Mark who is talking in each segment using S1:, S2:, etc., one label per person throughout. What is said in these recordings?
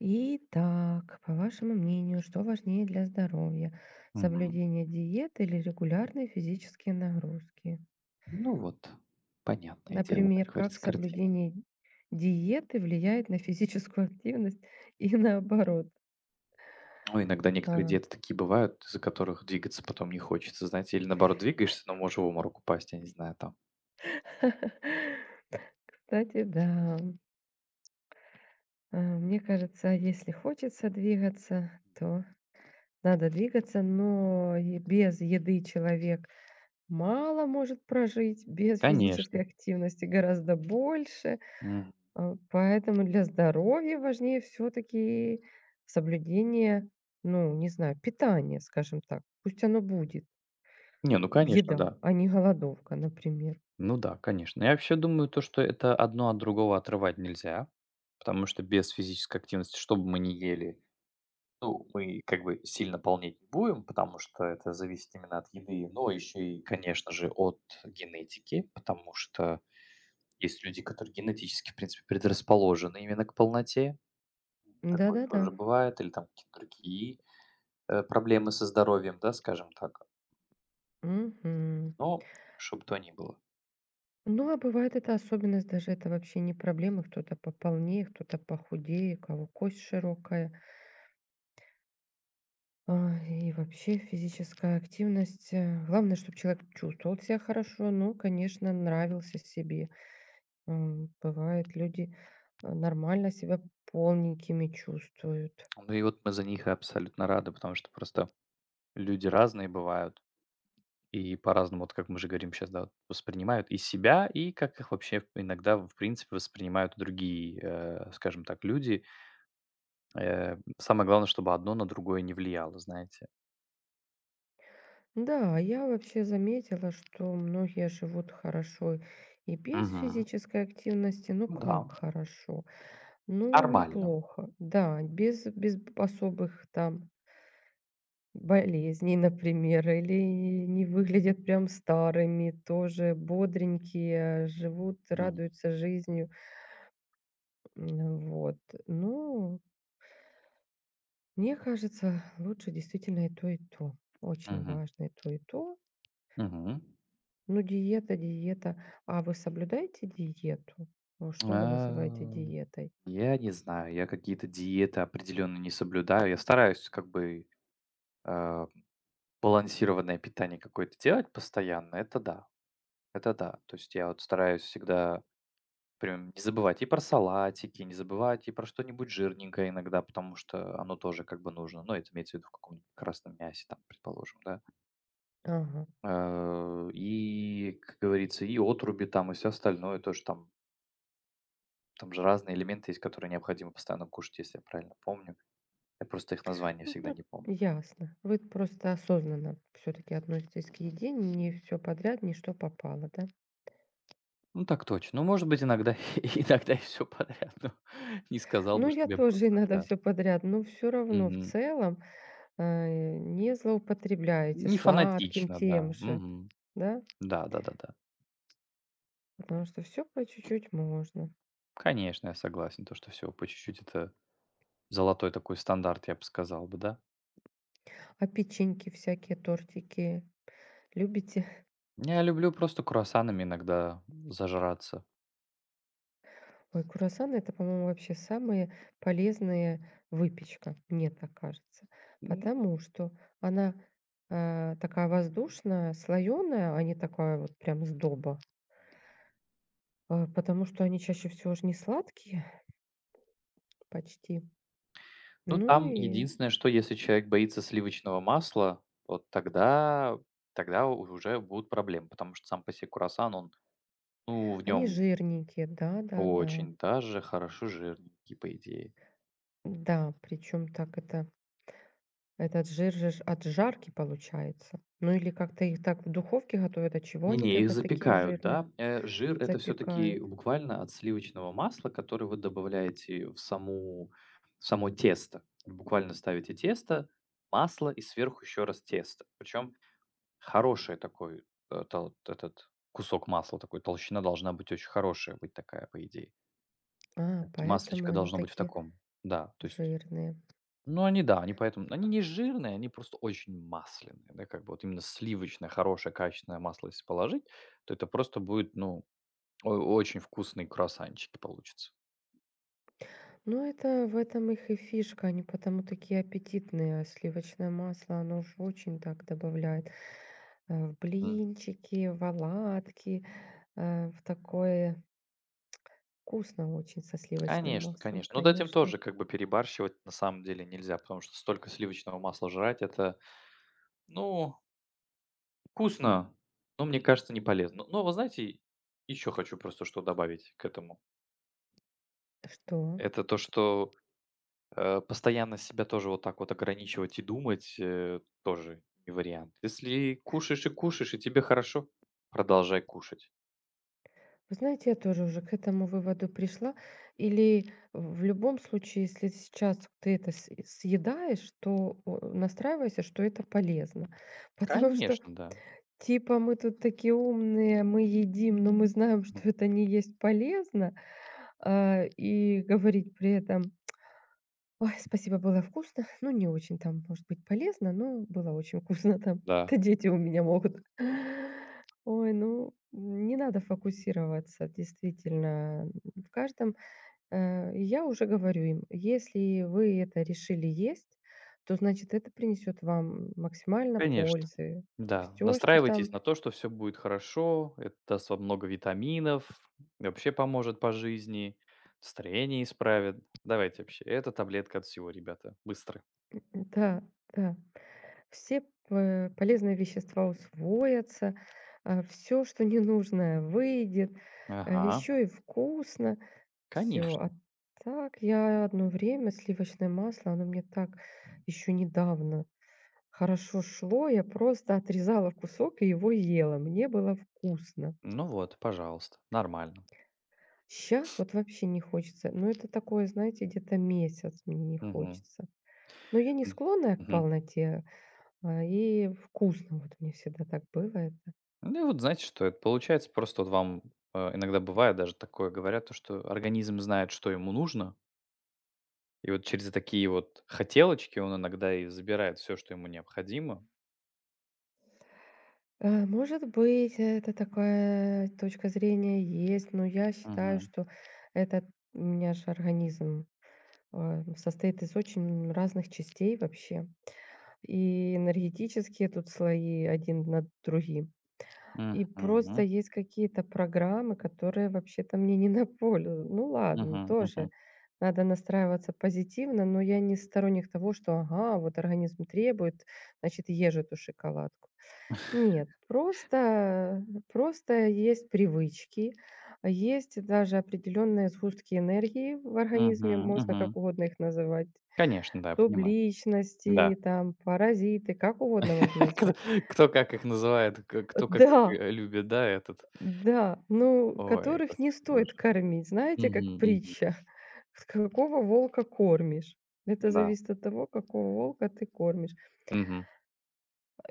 S1: Итак, по вашему мнению, что важнее для здоровья?
S2: Мгм.
S1: Соблюдение диет или регулярные физические нагрузки?
S2: Ну вот, понятное дело, как
S1: Например, как
S2: говорится, картина.
S1: соблюдение диеты влияет на физическую активность и наоборот.
S2: Ну, иногда некоторые
S1: А.
S2: диеты такие бывают, из-за которых двигаться потом не хочется, знаете, или наоборот двигаешься, но можешь в обморок упасть, я не знаю, там.
S1: Кстати, да. А, мне кажется, если хочется двигаться, то надо двигаться, но и без еды человек мало может прожить, без
S2: Конечно.
S1: физической активности гораздо больше.
S2: Мгм.
S1: Э, поэтому для здоровья важнее все таки соблюдение, ну, не знаю, питания, скажем так. Пусть оно будет
S2: Не, ну конечно,
S1: еда,
S2: да.
S1: а не голодовка, например.
S2: Ну да, конечно. Я вообще думаю, то, что это одно от другого отрывать нельзя, потому что без физической активности, что бы мы ни ели, ну, мы как бы сильно полнеть не будем, потому что это зависит именно от еды, но еще и, конечно же, от генетики, потому что есть люди, которые генетически, в принципе, предрасположены именно к полноте. Такое
S1: Да-да-да.
S2: тоже бывает. Или там какие-то другие, проблемы со здоровьем, да, скажем так.
S1: Мгм.
S2: Но чтобы то ни было.
S1: Ну, а бывает эта особенность, даже это вообще не проблема. Кто-то пополнее, кто-то похудее, у кого кость широкая. А, и вообще физическая активность, главное, чтобы человек чувствовал себя хорошо, ну, конечно, нравился себе. М, бывает, люди, нормально себя полненькими чувствуют.
S2: Ну и вот мы за них и абсолютно рады, потому что просто люди разные бывают и по-разному, вот как мы же говорим сейчас, да, вот воспринимают и себя, и как их вообще иногда, в принципе, воспринимают другие, скажем так, люди. Самое главное, чтобы одно на другое не влияло, знаете.
S1: Да, я вообще заметила, что многие живут хорошо и без
S2: Мгм.
S1: физической активности. Ну,
S2: Ну да,
S1: как хорошо? Ну,
S2: нормально.
S1: неплохо. Да, без без б особых там болезней, например, или не выглядят прям старыми, тоже бодренькие, живут,
S2: Мгм.
S1: радуются жизнью. М, вот. Ну, мне кажется, лучше действительно и то, и то. Очень
S2: Мгм.
S1: важно и то, и то.
S2: Мгм.
S1: Ну, диета, диета. А вы соблюдаете диету? Ну, что вы называете
S2: Ам,
S1: диетой?
S2: я не знаю, я какие-то диеты определенно не соблюдаю. Я стараюсь как бы, а, балансированное питание какое-то делать постоянно. Это да, это да. То есть я вот стараюсь всегда прям не забывать и про салатики, не забывать и про что-нибудь жирненькое иногда, потому что оно тоже как бы нужно. Ну, это имеется в виду в каком-нибудь красном мясе там, предположим, да.
S1: Ага.
S2: И, как говорится, и отруби там, и все остальное тоже там. Там же разные элементы есть, которые необходимо постоянно кушать, если я правильно помню. Я просто их названия
S1: Ну,
S2: всегда
S1: ну,
S2: не помню.
S1: ясно. Вы просто осознанно все-таки относитесь к еде, не все подряд, не что попало, да?
S2: Ну, так точно. Ну, может быть, иногда иногда и все подряд, но не сказал
S1: Ну,
S2: бы,
S1: я
S2: чтобы я
S1: тоже
S2: просто
S1: иногда
S2: да.
S1: все подряд, но все равно в
S2: Мгм.
S1: целом не злоупотребляете
S2: Не
S1: сладким
S2: фанатично,
S1: тем
S2: да.
S1: же,
S2: Мгм.
S1: да?
S2: Да-да-да-да.
S1: Потому что все по чуть-чуть можно.
S2: Конечно, я согласен, то, что все по чуть-чуть- это золотой такой стандарт, я бы сказал бы, да.
S1: А печеньки всякие, тортики любите?
S2: Я люблю просто круассанами иногда зажраться.
S1: Ой, круассаны — это, по-моему, вообще самая полезная выпечка, мне так кажется. Потому что она, такая воздушная, слоеная, а не такая вот прям сдоба. А, потому что они чаще всего же не сладкие почти.
S2: Ну,
S1: Ну
S2: там
S1: и
S2: единственное, что если человек боится сливочного масла, вот тогда уже будут проблемы, потому что сам по себе круассан, он, ну, в
S1: они
S2: нем
S1: жирненькие, да-да-да.
S2: очень даже хорошо жирненький, по идее.
S1: Да, причем так это, этот жир же ж от жарки получается. Ну или как-то их так в духовке готовят. А чего они
S2: Не-не, их
S1: тогда такие
S2: запекают,
S1: жирные,
S2: да. Жир- это все таки
S1: запекают?
S2: буквально от сливочного масла, которое вы добавляете в саму в само тесто. Буквально ставите тесто, масло и сверху еще раз тесто. Причем хороший такой, э, тал этот кусок масла такой, толщина должна быть очень хорошая быть такая, по идее.
S1: А,
S2: Это
S1: поэтому
S2: маслечко
S1: они
S2: должно быть в
S1: такие
S2: таком, да, то есть,
S1: жирные.
S2: ну, они, да, они поэтому они не жирные, они просто очень масляные, да, как бы вот именно сливочное, хорошее, качественное масло если положить, то это просто будет, ну, о очень вкусные круассанчики получатся.
S1: Ну, это в этом их и фишка. Они потому такие аппетитные. А сливочное масло, оно ж очень так добавляет в
S2: М.
S1: блинчики, в оладки, в такое, вкусно очень со сливочным
S2: Конечно,
S1: маслом,
S2: конечно. Но дать им
S1: конечно.
S2: тоже как бы перебарщивать на самом деле нельзя, потому что столько сливочного масла жрать- это, ну, вкусно, но мне кажется, не полезно. Но вы знаете, еще хочу просто что добавить к этому.
S1: Что?
S2: Это то, что, постоянно себя тоже вот так вот ограничивать и думать, тоже не вариант. Если кушаешь и кушаешь, и тебе хорошо, продолжай кушать.
S1: Вы знаете, я тоже уже к этому выводу пришла. Или в любом случае, если сейчас ты это съедаешь, то о, настраивайся, что это полезно. Потому что,
S2: Конечно, да.
S1: типа, мы тут такие умные, мы едим, но мы знаем, что
S2: М,
S1: это не есть полезно, а, и говорить при этом: ой, спасибо, было вкусно. Ну, не очень там, может быть, полезно, но было очень вкусно там.
S2: да,
S1: Это дети у меня могут. Ой, ну, не надо фокусироваться, действительно. В каждом, я уже говорю им, если вы это решили есть, то значит это принесет вам максимально
S2: конечно,
S1: пользы.
S2: да.
S1: Все, что там,
S2: Настраивайтесь на то, что все будет хорошо, это даст вам много витаминов, и вообще поможет по жизни, настроение исправит. Давайте вообще, это таблетка от всего, ребята, быстро.
S1: да, да. Все п полезные вещества усвоятся, все, что ненужное, выйдет,
S2: Ага,
S1: еще и вкусно. Все.
S2: конечно.
S1: А так я одно время сливочное масло, оно мне так еще недавно хорошо шло. Я просто отрезала кусок и его ела. Мне было вкусно.
S2: Ну вот, пожалуйста, нормально.
S1: Сейчас вот вообще не хочется. Но это такое, знаете, где-то месяц мне не
S2: Мгм.
S1: хочется. Но я не
S2: М,
S1: склонная к
S2: мгм.
S1: полноте, и вкусно вот мне всегда так было.
S2: Ну и вот знаете, что это получается? Просто вот вам иногда бывает даже такое, говорят, то, что организм знает, что ему нужно, и вот через такие вот хотелочки он иногда и забирает все, что ему необходимо.
S1: Э, может быть, это такая точка зрения есть, но я считаю,
S2: Мгм.
S1: что этот у меня же организм, состоит из очень разных частей вообще. И энергетические тут слои один над другим.
S2: Мгм.
S1: И просто
S2: Мгм.
S1: есть какие-то программы, которые вообще-то мне не на пользу. Ну ладно,
S2: Мгм.
S1: тоже надо настраиваться позитивно, но я не сторонник того, что ага, вот организм требует, значит, ешь эту шоколадку. Нет, просто, просто есть привычки, а есть даже определенные сгустки энергии в
S2: Мгм.
S1: организме, можно
S2: Мгм.
S1: как угодно их называть.
S2: Конечно, да, понимаю. Да.
S1: Субличности, там, паразиты, как угодно можно
S2: Кто
S1: назвать.
S2: кто как их называет, кто как
S1: Да,
S2: их любит, да, этот.
S1: да, ну,
S2: Ой,
S1: которых не
S2: господи
S1: стоит
S2: боже.
S1: кормить. Знаете,
S2: Мгм.
S1: как
S2: Мгм.
S1: притча: "Какого волка кормишь?" Это
S2: Да.
S1: зависит от того, какого волка ты кормишь.
S2: Мгм.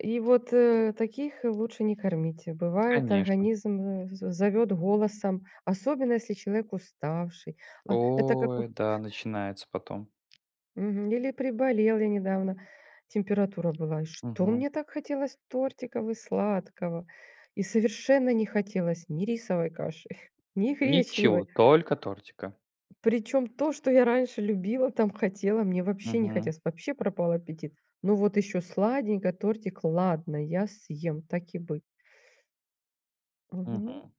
S1: И вот, таких лучше не кормите. Бывает,
S2: Конечно.
S1: организм, э, з зовёт голосом, особенно если человек уставший. А, это как у
S2: Ой, да, начинается потом.
S1: мгм, или приболел, я недавно температура была. И что
S2: Мгм.
S1: мне так хотелось тортиков и сладкого? И совершенно не хотелось ни рисовой каши, ни
S2: Ничего,
S1: гречневой.
S2: только тортика.
S1: Причем то, что я раньше любила, там хотела, мне вообще не
S2: Мгм,
S1: хотелось, вообще пропал аппетит. Ну вот еще сладенько тортик, ладно, я съем, так и быть. Мгм.
S2: мгм.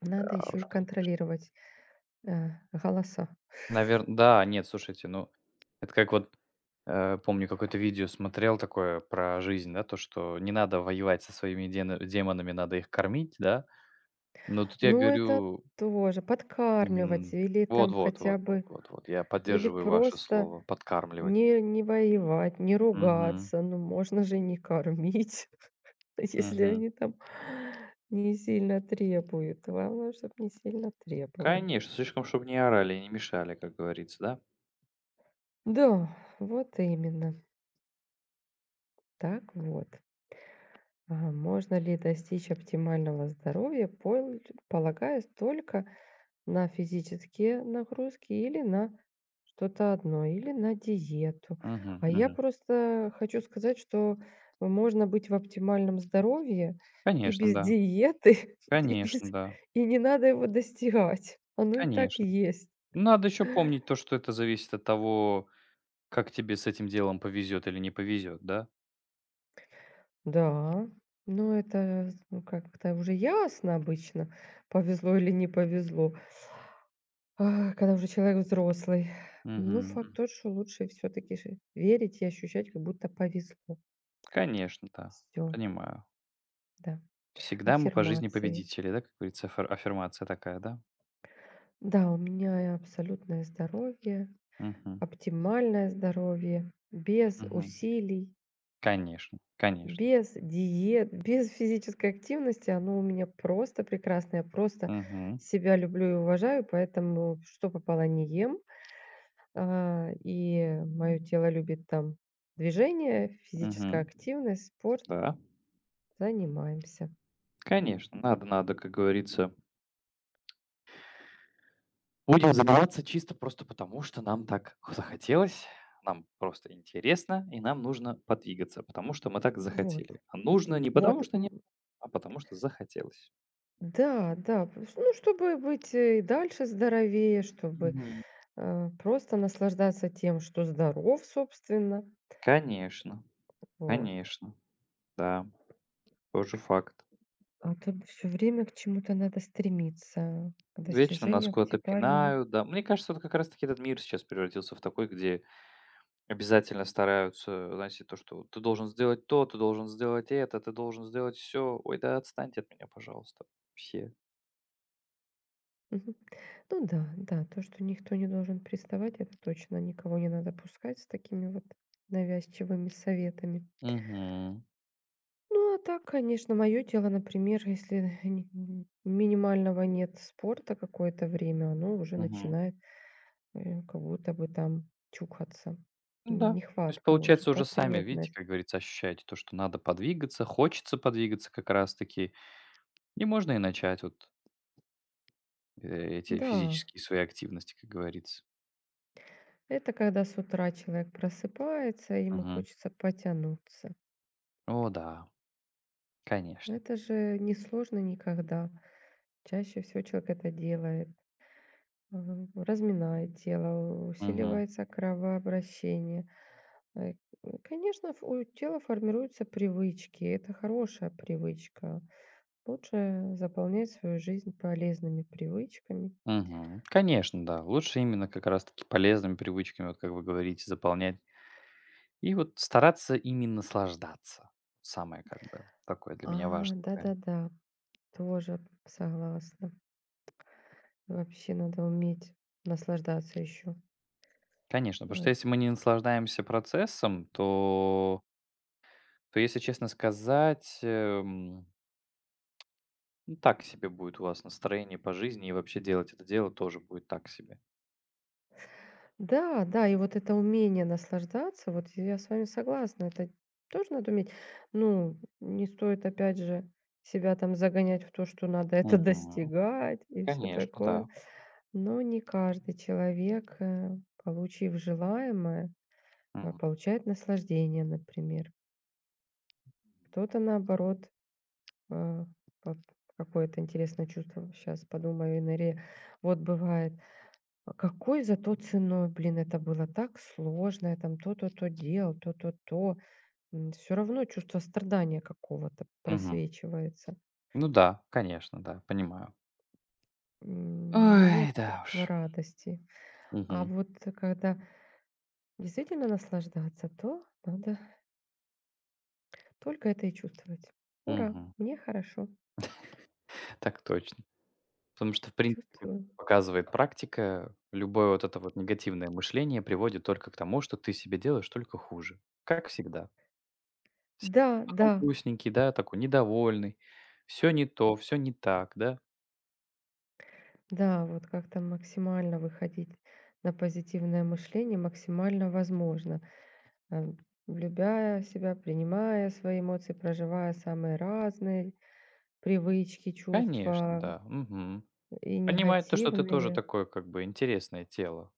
S1: Надо
S2: Да
S1: еще и
S2: уж, конечно.
S1: контролировать, голоса.
S2: Наверн да, нет, слушайте, ну, это как вот, помню, какое-то видео смотрел такое про жизнь, да, то, что не надо воевать со своими дено демонами, надо их кормить, да. Но тут я
S1: Ну, это
S2: говорю.
S1: тоже подкармливать
S2: Мгм.
S1: или
S2: Вот
S1: там
S2: вот вот
S1: хотя
S2: вот
S1: бы
S2: вот вот. Я
S1: или
S2: поддерживаю ваше
S1: просто
S2: слово подкармливать.
S1: не воевать, не
S2: Мгм,
S1: ругаться. Ну, можно же не кормить, если
S2: мгм.
S1: они там не сильно требуют. Главное, чтобы не сильно требовали.
S2: Конечно, слишком, чтобы не орали и не мешали, как говорится, да?
S1: Да, вот именно. Так вот, а можно ли достичь оптимального здоровья, полагаясь только на физические нагрузки или на что-то одно, или на диету.
S2: Мгм,
S1: А я
S2: мгм.
S1: просто хочу сказать, что можно быть в оптимальном здоровье и
S2: Конечно,
S1: без
S2: да.
S1: диеты, и
S2: Конечно,
S1: без,
S2: да.
S1: и не надо его достигать. Оно и так
S2: Конечно.
S1: есть.
S2: Надо еще помнить то, что это зависит от того, как тебе с этим делом повезет или не повезет, да?
S1: Да, но это, ну, как-то уже ясно обычно, повезло или не повезло, когда уже человек взрослый. Ну,
S2: Мгм.
S1: факт
S2: Мгм.
S1: тот, что лучше все таки же верить и ощущать, как будто повезло.
S2: Конечно, да.
S1: Все.
S2: Понимаю.
S1: Да,
S2: Всегда мы по жизни
S1: аффирмации.
S2: победители, да, как говорится, аффирмация такая, да?
S1: Да, у меня абсолютное здоровье,
S2: Мгм,
S1: оптимальное здоровье, без
S2: мгм.
S1: усилий,
S2: Конечно, конечно.
S1: без диет, без физической активности. Оно у меня просто прекрасное. Я просто
S2: Мгм,
S1: себя люблю и уважаю, поэтому что попало не ем. И мое тело любит там движение, физическая
S2: мгм.
S1: активность, спорт.
S2: Да,
S1: Занимаемся.
S2: конечно, надо, надо, как говорится, будем заниматься чисто просто потому, что нам так захотелось, нам просто интересно и нам нужно подвигаться, потому что мы так
S1: Вот.
S2: захотели. А нужно не потому,
S1: Вот.
S2: что не, а потому что захотелось.
S1: Да, да, пш ну, чтобы быть, и дальше здоровее, чтобы,
S2: Мгм.
S1: просто наслаждаться тем, что здоров, собственно.
S2: Конечно,
S1: Вот.
S2: конечно, да, тоже факт.
S1: А тут все время к чему-то надо стремиться, к
S2: Вечно нас
S1: достижению
S2: куда-то
S1: оптимальному.
S2: пинают, да. Мне кажется, вот как раз-таки этот мир сейчас превратился в такой, где обязательно стараются, знаете, то, что ты должен сделать то, ты должен сделать это, ты должен сделать все. Ой, да отстаньте от меня, пожалуйста, все.
S1: Мгм. Ну да, да, то, что никто не должен приставать, это точно. Никого не надо пускать с такими вот навязчивыми советами.
S2: Мгм.
S1: Ну, а так, конечно, мое тело, например, если минимального нет спорта какое-то время, оно уже
S2: Мгм.
S1: начинает, как будто бы там чухаться.
S2: Ну да.
S1: М,
S2: То есть,
S1: нехватка уже,
S2: получается, уже сами, видите,
S1: потребность.
S2: как говорится, ощущаете то, что надо подвигаться, хочется подвигаться как раз-таки, и можно и начать вот эти
S1: Да,
S2: физические свои активности, как говорится.
S1: это когда с утра человек просыпается, и ему
S2: Мгм.
S1: хочется потянуться.
S2: О, да, конечно.
S1: Это же не сложно никогда. Чаще всего человек это делает. Ага, разминает тело,
S2: Мгм.
S1: усиливается кровообращение. Э, конечно, ф у тела формируются привычки. Это хорошая привычка. Лучше заполнять свою жизнь полезными привычками.
S2: Мгм. Конечно, да. Лучше именно как раз-таки полезными привычками, вот как вы говорите, заполнять. И вот стараться ими наслаждаться. Самое как бы такое для меня важное.
S1: Да-да-да. Тоже согласна. Вообще надо уметь наслаждаться еще.
S2: Конечно, потому что
S1: А,
S2: если мы не наслаждаемся процессом, то то, если честно сказать, ну, так себе будет у вас настроение по жизни, и вообще делать это дело тоже будет так себе.
S1: да, да, и вот это умение наслаждаться, вот я с вами согласна, это тоже надо уметь. Ну, не стоит, опять же, себя там загонять в то, что надо это
S2: Мгм.
S1: достигать и все
S2: Конечно, да.
S1: такое. Но не каждый человек, получив желаемое,
S2: Мгм.
S1: получает наслаждение, например. Кто-то, наоборот, Э, вот какое то интересное чувство. Сейчас подумаю и наре вот бывает, а какой зато ценой, блин, это было так сложно, я там то, то, то делал, то, то, то. Все равно чувство страдания какого-то
S2: Мгм.
S1: просвечивается.
S2: Ну да, конечно, да, понимаю.
S1: М, нет
S2: Ой, да уж.
S1: чувства радости. А
S2: Мгм.
S1: вот когда действительно наслаждаться, то надо только это и чувствовать. Ура,
S2: Мгм.
S1: мне хорошо,
S2: Так точно. Потому что, в принципе, как
S1: чувствую.
S2: показывает практика, любое вот это вот негативное мышление приводит только к тому, что ты себе делаешь только хуже. Как всегда. Сидишь
S1: Да,
S2: потом
S1: да.
S2: грустненький, да, такой недовольный. Все не то, все не так, да?
S1: Да, вот как-то максимально выходить на позитивное мышление максимально возможно. Э, любя себя, принимая свои эмоции, проживая самые разные привычки,
S2: Конечно,
S1: чувства
S2: да. Мгм.
S1: и
S2: Понимает то, что ты тоже
S1: негативные.
S2: такое, как бы, интересное тело.